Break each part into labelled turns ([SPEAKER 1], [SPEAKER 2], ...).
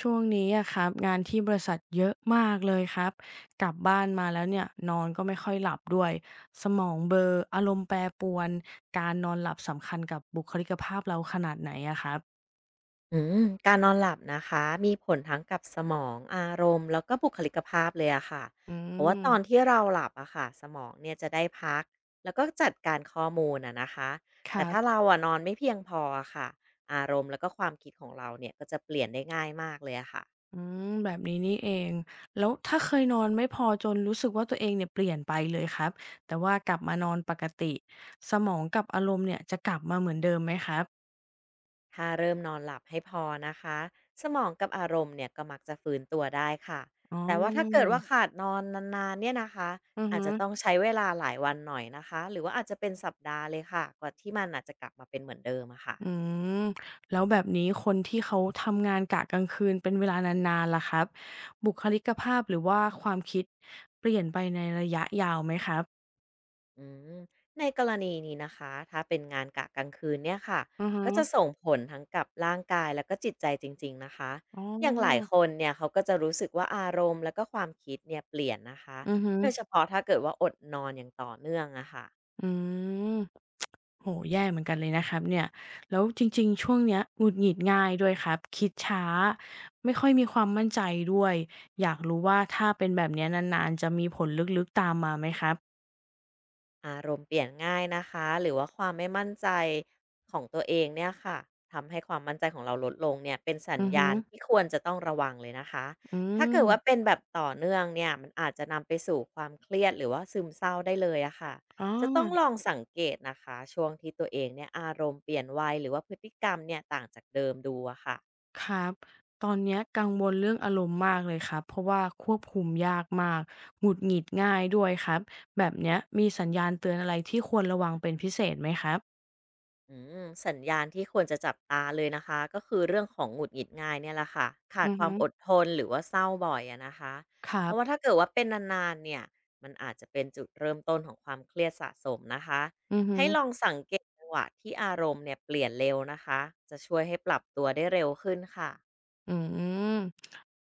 [SPEAKER 1] ช่วงนี้อะครับงานที่บริษัทเยอะมากเลยครับกลับบ้านมาแล้วเนี่ยนอนก็ไม่ค่อยหลับด้วยสมองเบลออารมณ์แปรปรวนการนอนหลับสำคัญกับบุคลิกภาพเราขนาดไหนอะครับ
[SPEAKER 2] การนอนหลับนะคะมีผลทั้งกับสมองอารมณ์แล้วก็บุคลิกภาพเลยอะค่ะ
[SPEAKER 1] อื
[SPEAKER 2] เพราะว่าตอน
[SPEAKER 1] ม
[SPEAKER 2] ที่เราหลับอะค่ะสมองเนี่ยจะได้พักแล้วก็จัดการข้อมูลอะนะคะ
[SPEAKER 1] ค
[SPEAKER 2] แต่
[SPEAKER 1] รั
[SPEAKER 2] ถ้า
[SPEAKER 1] บ
[SPEAKER 2] เราอะนอนไม่เพียงพออะค่ะอารมณ์แล้วก็ความคิดของเราเนี่ยก็จะเปลี่ยนได้ง่ายมากเลยอะค่ะ
[SPEAKER 1] อืมแบบนี้นี่เองแล้วถ้าเคยนอนไม่พอจนรู้สึกว่าตัวเองเนี่ยเปลี่ยนไปเลยครับแต่ว่ากลับมานอนปกติสมองกับอารมณ์เนี่ยจะกลับมาเหมือนเดิมไหมครับ
[SPEAKER 2] ถ้าเริ่มนอนหลับให้พอนะคะสมองกับอารมณ์เนี่ยก็มักจะฟื้นตัวได้ค่ะ
[SPEAKER 1] อ๋อ
[SPEAKER 2] แต่ว่าถ้าเกิดว่าขาดนอนนานๆเนี่ยนะคะ
[SPEAKER 1] อือ
[SPEAKER 2] อาจ
[SPEAKER 1] ฮึ
[SPEAKER 2] จะต้องใช้เวลาหลายวันหน่อยนะคะหรือว่าอาจจะเป็นสัปดาห์เลยค่ะกว่าที่มันอาจจะกลับมาเป็นเหมือนเดิมอะ
[SPEAKER 1] อื
[SPEAKER 2] ค่ะ
[SPEAKER 1] มแล้วแบบนี้คนที่เขาทำงานกะกลางคืนเป็นเวลานานๆล่ะครับบุคลิกภาพหรือว่าความคิดเปลี่ยนไปในระยะยาวไหมครับ
[SPEAKER 2] อืมในกรณีนี้นะคะถ้าเป็นงานกะกลางคืนเนี่ยค่ะ
[SPEAKER 1] อือฮึ
[SPEAKER 2] ก็จะส่งผลทั้งกับร่างกายแล้วก็จิตใจจริงๆนะคะ
[SPEAKER 1] อ๋อ
[SPEAKER 2] อย่างหลายคนเนี่ยเขาก็จะรู้สึกว่าอารมณ์แล้วก็ความคิดเนี่ยเปลี่ยนนะคะ
[SPEAKER 1] อือฮึ
[SPEAKER 2] โดยเฉพาะถ้าเกิดว่าอดนอนอย่างต่อเนื่องอะค่ะ
[SPEAKER 1] อืมโหแย่เหมือนกันเลยนะครับเนี่ยแล้วจริงๆช่วงเนี้ยหงุดหงิดง่ายด้วยครับคิดช้าไม่ค่อยมีความมั่นใจด้วยอยากรู้ว่าถ้าเป็นแบบเนี้ยนานๆจะมีผลลึกๆตามมาไหมครับ
[SPEAKER 2] อารมณ์เปลี่ยนง่ายนะคะหรือว่าความไม่มั่นใจของตัวเองเนี่ยค่ะทำให้ความมั่นใจของเราลดลงเนี่ยเป็นสัญ
[SPEAKER 1] อือฮึ
[SPEAKER 2] ญาณที่ควรจะต้องระวังเลยนะคะ
[SPEAKER 1] อื
[SPEAKER 2] ถ้าเกิดว่าเป็
[SPEAKER 1] ม
[SPEAKER 2] นแบบต่อเนื่องเนี่ยมันอาจจะนำไปสู่ความเครียดหรือว่าซึมเศร้าได้เลยอะค่ะ
[SPEAKER 1] อ๋อ
[SPEAKER 2] จะต้องลองสังเกตนะคะช่วงที่ตัวเองเนี่ยอารมณ์เปลี่ยนไวหรือว่าพฤติกรรมเนี่ยต่างจากเดิมดูอะค่ะ
[SPEAKER 1] ครับตอนเนี้ยกังวลเรื่องอารมณ์มากเลยครับเพราะว่าควบคุมยากมากหงุดหงิดง่ายด้วยครับแบบเนี้ยมีสัญญาณเตือนอะไรที่ควรระวังเป็นพิเศษไหมครับ
[SPEAKER 2] สัญญาณที่ควรจะจับตาเลยนะคะก็คือเรื่องของหงุดหงิดง่ายเนี่ยแหละค่ะขาด
[SPEAKER 1] อือ
[SPEAKER 2] ความ
[SPEAKER 1] ฮึ
[SPEAKER 2] อดทนหรือว่าเศร้าบ่อยอะนะคะ
[SPEAKER 1] ครั
[SPEAKER 2] เพ
[SPEAKER 1] บ
[SPEAKER 2] ราะว่าถ้าเกิดว่าเป็นนานๆเนี่ยมันอาจจะเป็นจุดเริ่มต้นของความเครียดสะสมนะคะ
[SPEAKER 1] อือฮึ
[SPEAKER 2] ให้ลองสังเกตจังหวะที่อารมณ์เนี่ยเปลี่ยนเร็วนะคะจะช่วยให้ปรับตัวได้เร็วขึ้นค่ะ
[SPEAKER 1] อืม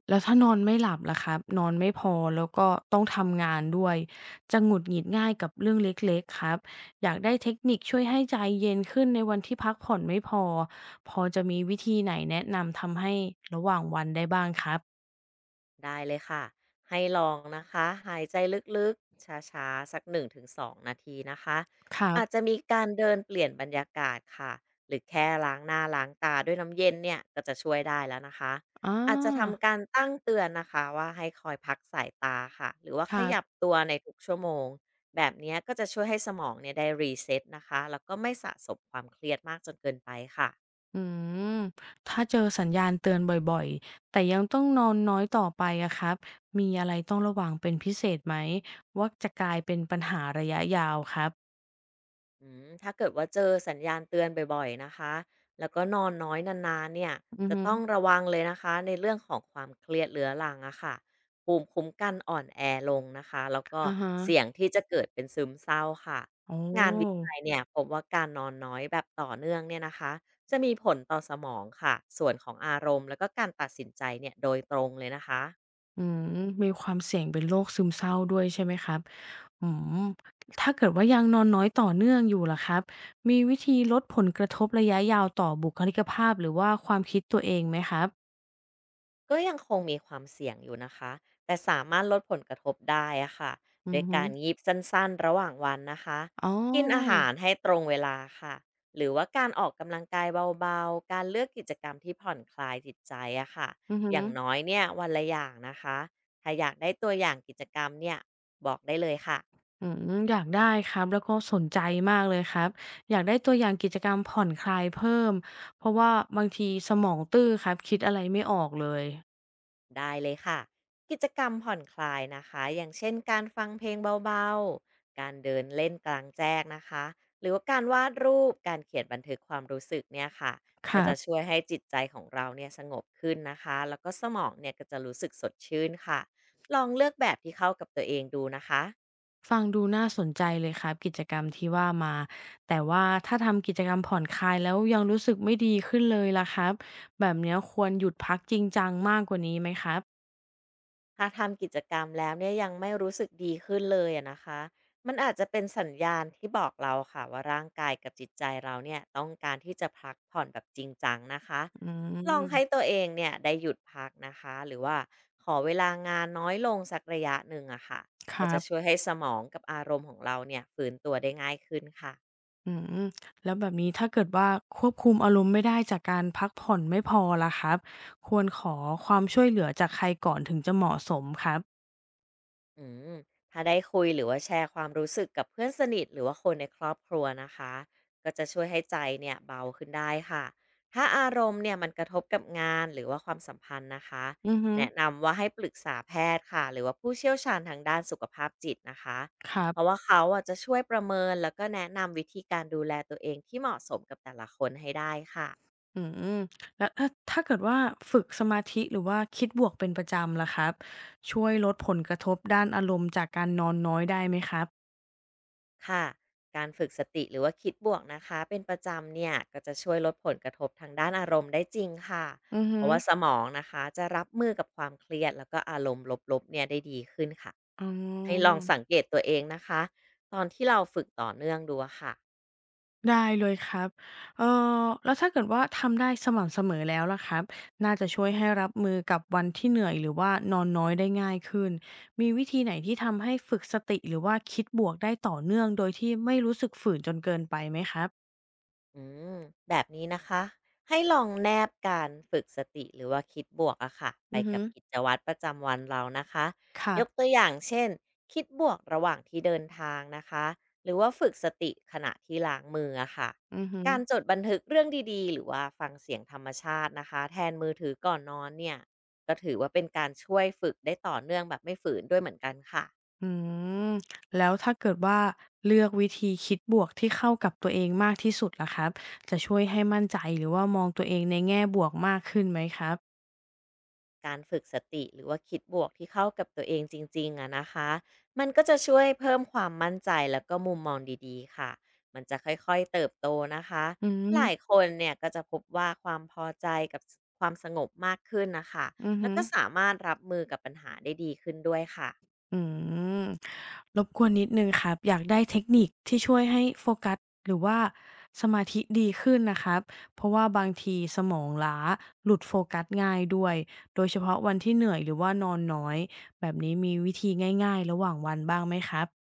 [SPEAKER 1] แล้วถ้านอนไม่หลับล่ะครับนอนไม่พอแล้วก็ต้องทำงานด้วยจะหงุดหงิดง่ายกับเรื่องเล็กๆครับอยากได้เทคนิคช่วยให้ใจเย็นขึ้นในวันที่พักผ่อนไม่พอพอจะมีวิธีไหนแนะนำทำให้ระหว่างวันได้บ้างครับ
[SPEAKER 2] ได้เลยค่ะให้ลองนะคะหายใจลึกๆช้าๆสัก1-2 นาทีนะคะ
[SPEAKER 1] ครับ
[SPEAKER 2] อาจจะมีการเดินเปลี่ยนบรรยากาศค่ะหรือแค่ล้างหน้าล้างตาด้วยน้ำเย็นเนี่ยก็จะช่วยได้แล้วนะคะ
[SPEAKER 1] อา
[SPEAKER 2] อาจจะทำการตั้งเตือนนะคะว่าให้คอยพักสายตาค่ะหรือว่า
[SPEAKER 1] ค
[SPEAKER 2] ข
[SPEAKER 1] รับ
[SPEAKER 2] ยับตัวในทุกชั่วโมง แบบเนี้ยก็จะช่วยให้สมองเนี่ยได้รีเซ็ตนะคะแล้วก็ไม่สะสมความเครียดมากจนเกินไปค่ะ
[SPEAKER 1] อืมถ้าเจอสัญญาณเตือนบ่อยๆแต่ยังต้องนอนน้อยต่อไปอะครับ มีอะไรต้องระวังเป็นพิเศษไหม ว่าจะกลายเป็นปัญหาระยะยาวครับ
[SPEAKER 2] ถ้าเกิดว่าเจอสัญญาณเตือนบ่อยๆนะคะแล้วก็นอนน้อยนานๆเนี่ย
[SPEAKER 1] อือ
[SPEAKER 2] จะ
[SPEAKER 1] ฮึ
[SPEAKER 2] ต้องระวังเลยนะคะในเรื่องของความเครียดเรื้อรังอะค่ะภูมิคุ้มกันอ่อนแอลงนะคะแล้วก็
[SPEAKER 1] อะฮะ
[SPEAKER 2] เสี่ยงที่จะเกิดเป็นซึมเศร้าค่ะ
[SPEAKER 1] โอ้
[SPEAKER 2] งานวิ
[SPEAKER 1] อ
[SPEAKER 2] จัยเนี่ยพบว่าการนอนน้อยแบบต่อเนื่องเนี่ยนะคะจะมีผลต่อสมองค่ะส่วนของอารมณ์แล้วก็การตัดสินใจเนี่ยโดยตรงเลยนะคะ
[SPEAKER 1] อืมมีความเสี่ยงเป็นโรคซึมเศร้าด้วยใช่ไหมครับอืมถ้าเกิดว่ายังนอนน้อยต่อเนื่องอยู่ล่ะครับมีวิธีลดผลกระทบระยะยาวต่อบุคลิกภาพหรือว่าความคิดตัวเองไหมครับ
[SPEAKER 2] ก็ยังคงมีความเสี่ยงอยู่นะคะแต่สามารถลดผลกระทบได้อะค่ะ
[SPEAKER 1] อื
[SPEAKER 2] โด
[SPEAKER 1] อ
[SPEAKER 2] ย
[SPEAKER 1] ฮึ
[SPEAKER 2] การยีบสั้นๆ ระหว่างวันนะคะ
[SPEAKER 1] อ๋อ
[SPEAKER 2] กินอาหารให้ตรงเวลาค่ะ หรือว่าการออกกำลังกายเบาๆ การเลือกกิจกรรมที่ผ่อนคลายจิตใจอะค่ะ
[SPEAKER 1] อือฮึ
[SPEAKER 2] อย่างน้อยเนี่ยวันละอย่างนะคะถ้าอยากได้ตัวอย่างกิจกรรมเนี่ยบอกได้เลยค่ะ
[SPEAKER 1] อืมอยากได้ครับแล้วก็สนใจมากเลยครับอยากได้ตัวอย่างกิจกรรมผ่อนคลายเพิ่มเพราะว่าบางทีสมองตื้อครับคิดอะไรไม่ออกเลย
[SPEAKER 2] ได้เลยค่ะกิจกรรมผ่อนคลายนะคะอย่างเช่นการฟังเพลงเบาๆการเดินเล่นกลางแจ้งนะคะหรือว่าการวาดรูปการเขียนบันทึกความรู้สึกเนี่ยค่ะ
[SPEAKER 1] ค
[SPEAKER 2] ก็
[SPEAKER 1] รั
[SPEAKER 2] จะช่
[SPEAKER 1] บ
[SPEAKER 2] วยให้จิตใจของเราเนี่ยสงบขึ้นนะคะแล้วก็สมองเนี่ยก็จะรู้สึกสดชื่นค่ะลองเลือกแบบที่เข้ากับตัวเองดูนะคะ
[SPEAKER 1] ฟังดูน่าสนใจเลยครับกิจกรรมที่ว่ามาแต่ว่าถ้าทำกิจกรรมผ่อนคลายแล้วยังรู้สึกไม่ดีขึ้นเลยล่ะครับแบบเนี้ยควรหยุดพักจริงจังมากกว่านี้ไหมครับ
[SPEAKER 2] ถ้าทำกิจกรรมแล้วเนี่ยยังไม่รู้สึกดีขึ้นเลยอะนะคะมันอาจจะเป็นสัญญาณที่บอกเราค่ะว่าร่างกายกับจิตใจเราเนี่ยต้องการที่จะพักผ่อนแบบจริงจังนะคะ
[SPEAKER 1] อื
[SPEAKER 2] ลองให้
[SPEAKER 1] ม
[SPEAKER 2] ตัวเองเนี่ยได้หยุดพักนะคะหรือว่าขอเวลางานน้อยลงสักระยะหนึ่งอะค่ะ
[SPEAKER 1] ค
[SPEAKER 2] ก็
[SPEAKER 1] รั
[SPEAKER 2] จะ
[SPEAKER 1] บ
[SPEAKER 2] ช่วยให้สมองกับอารมณ์ของเราเนี่ยฟื้นตัวได้ง่ายขึ้นค่ะ
[SPEAKER 1] อืมแล้วแบบนี้ถ้าเกิดว่าควบคุมอารมณ์ไม่ได้จากการพักผ่อนไม่พอล่ะครับควรขอความช่วยเหลือจากใครก่อนถึงจะเหมาะสมครับ
[SPEAKER 2] อืมถ้าได้คุยหรือว่าแชร์ความรู้สึกกับเพื่อนสนิทหรือว่าคนในครอบครัวนะคะก็จะช่วยให้ใจเนี่ยเบาขึ้นได้ค่ะถ้าอารมณ์เนี่ยมันกระทบกับงานหรือว่าความสัมพันธ์นะคะ
[SPEAKER 1] อือฮึ
[SPEAKER 2] แนะนำว่าให้ปรึกษาแพทย์ค่ะหรือว่าผู้เชี่ยวชาญทางด้านสุขภาพจิตนะคะ
[SPEAKER 1] ครั
[SPEAKER 2] เพราะว่า
[SPEAKER 1] บ
[SPEAKER 2] เขาอ่ะจะช่วยประเมินแล้วก็แนะนำวิธีการดูแลตัวเองที่เหมาะสมกับแต่ละคนให้ได้ค่ะ
[SPEAKER 1] อืมแล้วถ้าถ้าเกิดว่าฝึกสมาธิหรือว่าคิดบวกเป็นประจำล่ะครับช่วยลดผลกระทบด้านอารมณ์จากการนอนน้อยได้ไหมครับ
[SPEAKER 2] ค่ะ การฝึกสติหรือว่าคิดบวกนะคะเป็นประจำเนี่ยก็จะช่วยลดผลกระทบทางด้านอารมณ์ได้จริงค่ะ
[SPEAKER 1] อือ
[SPEAKER 2] เพ
[SPEAKER 1] ฮึ
[SPEAKER 2] ราะว่าสมองนะคะจะรับมือกับความเครียดแล้วก็อารมณ์ลบๆเนี่ยได้ดีขึ้นค่ะ
[SPEAKER 1] อ๋อ
[SPEAKER 2] ให้ลองสังเกตตัวเองนะคะตอนที่เราฝึกต่อเนื่องดูอะค่ะ
[SPEAKER 1] ได้เลยครับเอ่แล้วถ้าเกิดว่าทำได้สม่ำเสมอแล้วล่ะครับน่าจะช่วยให้รับมือกับวันที่เหนื่อยหรือว่านอนน้อยได้ง่ายขึ้นมีวิธีไหนที่ทำให้ฝึกสติหรือว่าคิดบวกได้ต่อเนื่องโดยที่ไม่รู้สึกฝืนจนเกินไปไหมครับ
[SPEAKER 2] อืมแบบนี้นะคะให้ลองแนบการฝึกสติหรือว่าคิดบวกอะค่ะไป
[SPEAKER 1] อือฮึ
[SPEAKER 2] กับกิจวัตรประจำวันเรานะคะ
[SPEAKER 1] ครั
[SPEAKER 2] ยกตั
[SPEAKER 1] บ
[SPEAKER 2] วอย่างเช่นคิดบวกระหว่างที่เดินทางนะคะหรือว่าฝึกสติขณะที่ล้างมืออะค่ะ
[SPEAKER 1] อือฮึ
[SPEAKER 2] การจดบันทึกเรื่องดีๆหรือว่าฟังเสียงธรรมชาตินะคะแทนมือถือก่อนนอนเนี่ยก็ถือว่าเป็นการช่วยฝึกได้ต่อเนื่องแบบไม่ฝืนด้วยเหมือนกันค่ะ
[SPEAKER 1] อืมแล้วถ้าเกิดว่าเลือกวิธีคิดบวกที่เข้ากับตัวเองมากที่สุดล่ะครับจะช่วยให้มั่นใจหรือว่ามองตัวเองในแง่บวกมากขึ้นไหมครับ
[SPEAKER 2] การฝึกสติหรือว่าคิดบวกที่เข้ากับตัวเองจริงๆอะนะคะ มันก็จะช่วยเพิ่มความมั่นใจแล้วก็มุมมองดีๆค่ะ มันจะค่อยๆเติบโตนะคะ
[SPEAKER 1] อื
[SPEAKER 2] หลาย
[SPEAKER 1] ม
[SPEAKER 2] คนเนี่ยก็จะพบว่าความพอใจกับความสงบมากขึ้นนะคะ
[SPEAKER 1] อือ
[SPEAKER 2] แล้
[SPEAKER 1] ฮึ
[SPEAKER 2] วก็สามารถรับมือกับปัญหาได้ดีขึ้นด้วยค่ะ
[SPEAKER 1] อืมรบกวนนิดนึงครับอยากได้เทคนิคที่ช่วยให้โฟกัสหรือว่าสมาธิดีขึ้นนะครับเพราะว่าบางทีสมองล้าหลุดโฟกัสง่ายด้วยโดยเฉพาะวันที่เหนื่อยหรือว่านอนน้อยแบบนี้มีวิธีง่ายๆระหว่างวันบ้างไหมครับ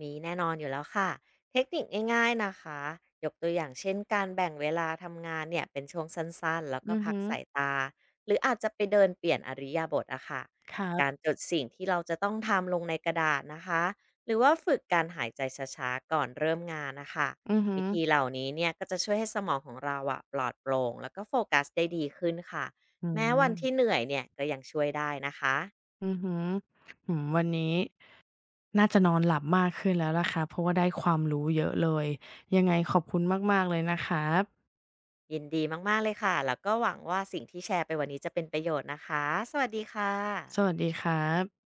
[SPEAKER 2] มีแน่นอนอยู่แล้วค่ะเทคนิคง่ายๆนะคะยกตัวอย่างเช่นการแบ่งเวลาทำงานเนี่ยเป็นช่วงสั้นๆแล้วก็
[SPEAKER 1] อือ
[SPEAKER 2] พัก
[SPEAKER 1] ฮึ
[SPEAKER 2] สายตาหรืออาจจะไปเดินเปลี่ยนอริยาบถอะค่ะ
[SPEAKER 1] ครับ
[SPEAKER 2] การจดสิ่งที่เราจะต้องทำลงในกระดาษนะคะหรือว่าฝึกการหายใจช้าๆก่อนเริ่มงานนะคะ
[SPEAKER 1] อือฮึ
[SPEAKER 2] วิธีเห
[SPEAKER 1] อ
[SPEAKER 2] ล่านี้เนี่ยก็จะช่วยให้สมองของเราอะปลอดโปร่งแล้วก็โฟกัสได้ดีขึ้นค่ะ
[SPEAKER 1] อื
[SPEAKER 2] แม้วันที่เห
[SPEAKER 1] ม
[SPEAKER 2] นื่อยเนี่ยก็ยังช่วยได้นะคะ
[SPEAKER 1] อือฮึออืมวันนี้น่าจะนอนหลับมากขึ้นแล้วล่ะค่ะเพราะว่าได้ความรู้เยอะเลยยังไงขอบคุณมากๆเลยนะครับ
[SPEAKER 2] ยินดีมากๆเลยค่ะแล้วก็หวังว่าสิ่งที่แชร์ไปวันนี้จะเป็นประโยชน์นะคะสวัสดีค่ะ
[SPEAKER 1] สวัสดีครับ